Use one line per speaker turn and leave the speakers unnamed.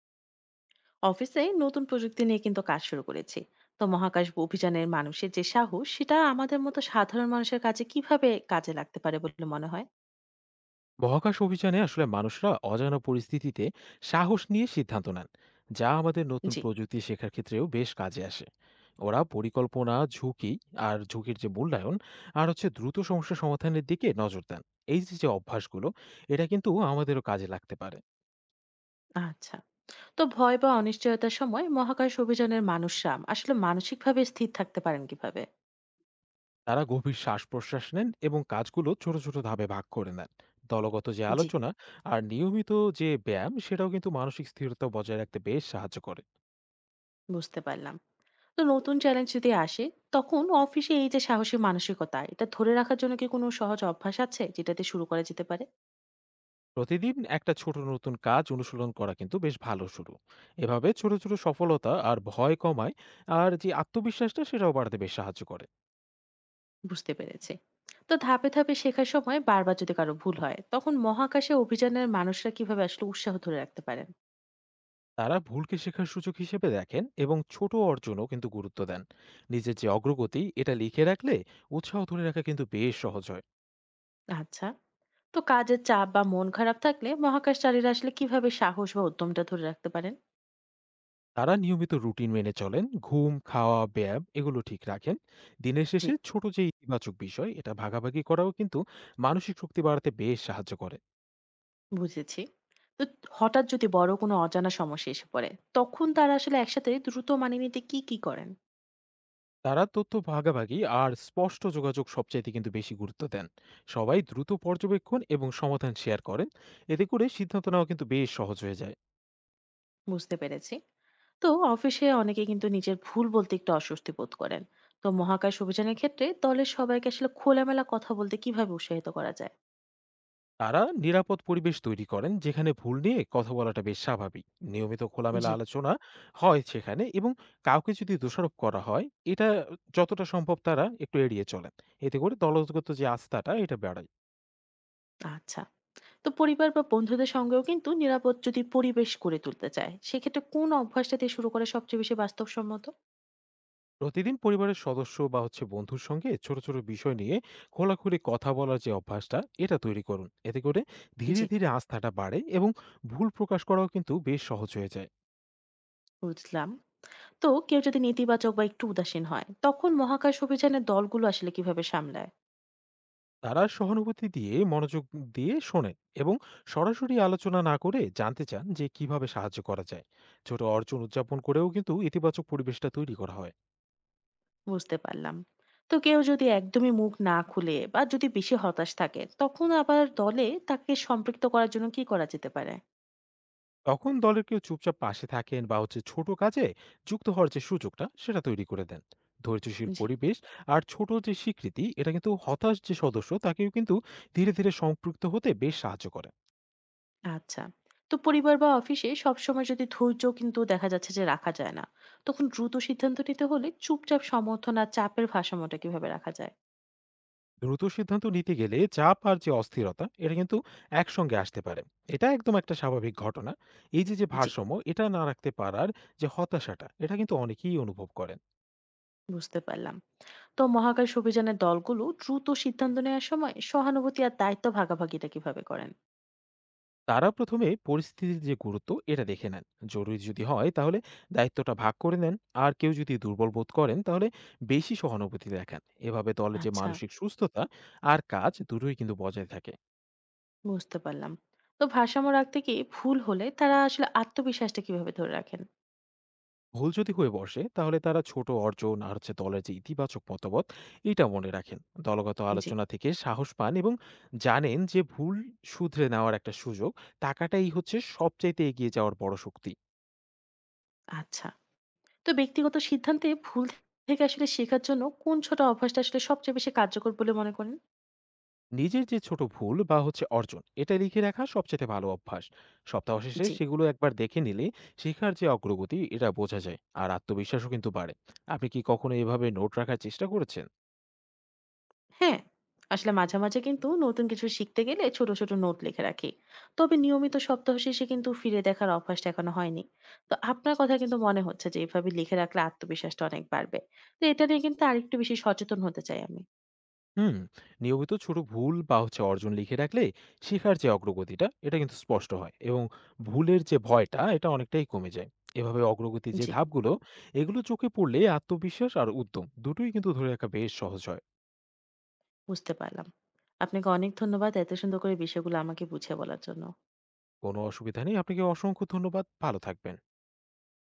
অফিসে নতুন প্রযুক্তি নিয়ে কিন্তু কাজ শুরু করেছি। তো মহাকাশ অভিযানের মানুষের যে সাহস সেটা আমাদের মতো সাধারণ মানুষের কাছে কিভাবে কাজে লাগতে পারে বলে মনে হয়?
মহাকাশ অভিযানে আসলে মানুষরা অজানা পরিস্থিতিতে সাহস নিয়ে সিদ্ধান্ত নেন, যা আমাদের নতুন
জি।
প্রযুক্তি শেখার ক্ষেত্রেও বেশ কাজে আসে। ওরা পরিকল্পনা, ঝুঁকি আর ঝুঁকির যে মূল্যায়ন আর দ্রুত সমস্যা সমাধানের দিকে নজর দেন। এই যে যে অভ্যাসগুলো, এটা কিন্তু আমাদেরও কাজে লাগতে পারে।
আচ্ছা। তো ভয় বা অনিশ্চয়তার সময় মহাকাশ অভিযানের মানুষরা আসলে মানসিকভাবে স্থির থাকতে পারেন কিভাবে?
তারা গভীর শ্বাস প্রশ্বাস নেন এবং কাজগুলো ছোট ছোট ধাপে ভাগ করে নেন। দলগত যে
জি।
আলোচনা আর নিয়মিত যে ব্যায়াম, সেটাও কিন্তু মানসিক স্থিরতা বজায় রাখতে বেশ সাহায্য করে।
বুঝতে পারলাম। তো নতুন চ্যালেঞ্জ যদি আসে, তখন অফিসে এই যে সাহসী মানসিকতা এটা ধরে রাখার জন্য কি কোনো সহজ অভ্যাস আছে যেটাতে শুরু করা যেতে পারে?
প্রতিদিন একটা ছোট নতুন কাজ অনুশীলন করা কিন্তু বেশ ভালো শুরু। এভাবে ছোট ছোট সফলতা আর ভয় কমায়, আর যে আত্মবিশ্বাসটা সেটাও বাড়তে বেশ সাহায্য করে।
বুঝতে পেরেছি। তো ধাপে ধাপে শেখার সময় বারবার যদি কারো ভুল হয় তখন মহাকাশে অভিযানের মানুষরা কিভাবে আসলে উৎসাহ ধরে রাখতে পারেন?
তারা ভুলকে শেখার সুযোগ হিসেবে দেখেন এবং ছোট অর্জনও কিন্তু গুরুত্ব দেন। নিজের যে অগ্রগতি এটা লিখে রাখলে উৎসাহ ধরে রাখা কিন্তু বেশ সহজ হয়।
আচ্ছা। তো কাজের চাপ বা মন খারাপ থাকলে মহাকাশচারীরা আসলে কিভাবে সাহস বা উদ্যমটা ধরে রাখতে পারেন?
তারা নিয়মিত রুটিন মেনে চলেন, ঘুম, খাওয়া, ব্যায়াম এগুলো ঠিক রাখেন। দিনের
জি।
শেষে ছোট যে ইতিবাচক বিষয় এটা ভাগাভাগি করাও কিন্তু মানসিক শক্তি বাড়াতে বেশ সাহায্য করে।
বুঝেছি। তো হঠাৎ যদি বড় কোনো অজানা সমস্যা এসে পড়ে, তখন তারা আসলে একসাথে দ্রুত মানিয়ে নিতে কি কি করেন?
তারা তথ্য ভাগাভাগি আর স্পষ্ট যোগাযোগ সবচাইতে কিন্তু বেশি গুরুত্ব দেন। সবাই দ্রুত পর্যবেক্ষণ এবং সমাধান শেয়ার করেন, এতে করে সিদ্ধান্ত নেওয়া কিন্তু বেশ সহজ হয়ে যায়।
বুঝতে পেরেছি। তো অফিসে অনেকে কিন্তু নিজের ভুল বলতে একটু অস্বস্তি বোধ করেন। তো মহাকাশ অভিযানের ক্ষেত্রে দলের সবাইকে আসলে খোলামেলা কথা বলতে কিভাবে উৎসাহিত করা যায়?
তারা নিরাপদ পরিবেশ তৈরি করেন, যেখানে ভুল নিয়ে কথা বলাটা বেশ স্বাভাবিক। নিয়মিত খোলামেলা
জি।
আলোচনা হয় সেখানে, এবং কাউকে যদি দোষারোপ করা হয়, এটা যতটা সম্ভব তারা একটু এড়িয়ে চলেন। এতে করে দলগত যে আস্থাটা এটা বাড়ে।
আচ্ছা। তো পরিবার বা বন্ধুদের সঙ্গেও কিন্তু নিরাপদ যদি পরিবেশ গড়ে তুলতে চায় সেক্ষেত্রে কোন অভ্যাসটা দিয়ে শুরু করা সবচেয়ে বেশি বাস্তবসম্মত?
প্রতিদিন পরিবারের সদস্য বা বন্ধুর সঙ্গে ছোট ছোট বিষয় নিয়ে খোলাখুলি কথা বলার যে অভ্যাসটা, এটা তৈরি করুন। এতে করে ধীরে
জি।
ধীরে আস্থাটা বাড়ে এবং ভুল প্রকাশ করাও কিন্তু বেশ সহজ হয়ে যায়।
বুঝলাম। তো কেউ যদি নেতিবাচক বা একটু উদাসীন হয় তখন মহাকাশ অভিযানের দলগুলো আসলে কিভাবে সামলায়?
তারা সহানুভূতি দিয়ে মনোযোগ দিয়ে শোনেন এবং সরাসরি আলোচনা না করে জানতে চান যে কিভাবে সাহায্য করা যায়। ছোট অর্জন উদযাপন করেও কিন্তু ইতিবাচক পরিবেশটা তৈরি করা হয়।
বুঝতে পারলাম। তো কেউ যদি একদমই মুখ না খুলে বা যদি বেশি হতাশ থাকে, তখন আবার দলে তাকে সম্পৃক্ত করার জন্য কি করা যেতে পারে?
তখন দলের কেউ চুপচাপ পাশে থাকেন বা ছোট কাজে যুক্ত হওয়ার যে সুযোগটা সেটা তৈরি করে দেন। ধৈর্যশীল
জি,
পরিবেশ আর ছোট যে স্বীকৃতি, এটা কিন্তু হতাশ যে সদস্য তাকেও কিন্তু ধীরে ধীরে সম্পৃক্ত হতে বেশ সাহায্য করে।
আচ্ছা। তো পরিবার বা অফিসে সবসময় যদি ধৈর্য কিন্তু দেখা যাচ্ছে যে রাখা যায় না, তখন দ্রুত সিদ্ধান্ত নিতে হলে চুপচাপ সমর্থন আর চাপের ভারসাম্যটা কিভাবে রাখা যায়?
দ্রুত সিদ্ধান্ত নিতে গেলে চাপ আর যে অস্থিরতা এটা কিন্তু একসঙ্গে আসতে পারে। এটা একদম একটা স্বাভাবিক ঘটনা। এই যে যে
জি,
ভারসাম্য এটা না রাখতে পারার যে হতাশাটা, এটা কিন্তু অনেকেই অনুভব করেন।
বুঝতে পারলাম। তো মহাকাশ অভিযানের দলগুলো দ্রুত সিদ্ধান্ত নেওয়ার সময় সহানুভূতি আর দায়িত্ব ভাগাভাগিটা কিভাবে করেন?
তারা ১ম এ পরিস্থিতির যে গুরুত্ব এটা দেখে নেন। জরুরি যদি হয় তাহলে দায়িত্বটা ভাগ করে নেন। আর কেউ যদি দুর্বল বোধ করেন তাহলে বেশি সহানুভূতি দেখান। এভাবে দলের যে
আচ্ছা।
মানসিক সুস্থতা আর কাজ দুটোই কিন্তু বজায় থাকে।
বুঝতে পারলাম। তো ভারসাম্য রাখতে গিয়ে ভুল হলে তারা আসলে আত্মবিশ্বাসটা কিভাবে ধরে রাখেন?
ভুল যদি হয়ে বসে তাহলে তারা ছোট অর্জন আর দলের যে ইতিবাচক মতামত এটা মনে রাখেন। দলগত
জি,
আলোচনা থেকে সাহস পান এবং জানেন যে ভুল শুধরে নেওয়ার একটা সুযোগ থাকাটাই হচ্ছে সবচাইতে এগিয়ে যাওয়ার বড় শক্তি।
আচ্ছা। তো ব্যক্তিগত সিদ্ধান্তে ভুল থেকে আসলে শেখার জন্য কোন ছোট অভ্যাসটা আসলে সবচেয়ে বেশি কার্যকর বলে মনে করেন?
নিজের যে ছোট ভুল বা অর্জন এটা লিখে রাখা সবচেয়ে ভালো অভ্যাস। সপ্তাহ শেষে
জি,
সেগুলো একবার দেখে নিলে শেখার যে অগ্রগতি এটা বোঝা যায় আর আত্মবিশ্বাসও কিন্তু বাড়ে। আপনি কি কখনো এভাবে নোট রাখার চেষ্টা করেছেন?
হ্যাঁ। আসলে মাঝে মাঝে কিন্তু নতুন কিছু শিখতে গেলে ছোট, ছোট নোট লিখে রাখি। তবে নিয়মিত সপ্তাহ শেষে কিন্তু ফিরে দেখার অভ্যাসটা এখনো হয়নি। তো আপনার কথা কিন্তু মনে হচ্ছে যে এভাবে লিখে রাখলে আত্মবিশ্বাসটা অনেক বাড়বে। তো এটা নিয়ে কিন্তু আরেকটু বেশি সচেতন হতে চাই আমি।
হুম। নিয়মিত ছোট ভুল বা অর্জন লিখে রাখলে শেখার যে অগ্রগতিটা এটা কিন্তু স্পষ্ট হয়, এবং ভুলের যে ভয়টা এটা অনেকটাই কমে যায়। এভাবে অগ্রগতি যে
জি।
ধাপগুলো এগুলো চোখে পড়লে আত্মবিশ্বাস আর উদ্যম দুটোই কিন্তু ধরে রাখা বেশ সহজ হয়।
বুঝতে পারলাম। আপনাকে অনেক ধন্যবাদ এত সুন্দর করে বিষয়গুলো আমাকে বুঝিয়ে বলার জন্য।
কোনো অসুবিধা নেই, আপনাকে অসংখ্য ধন্যবাদ, ভালো থাকবেন।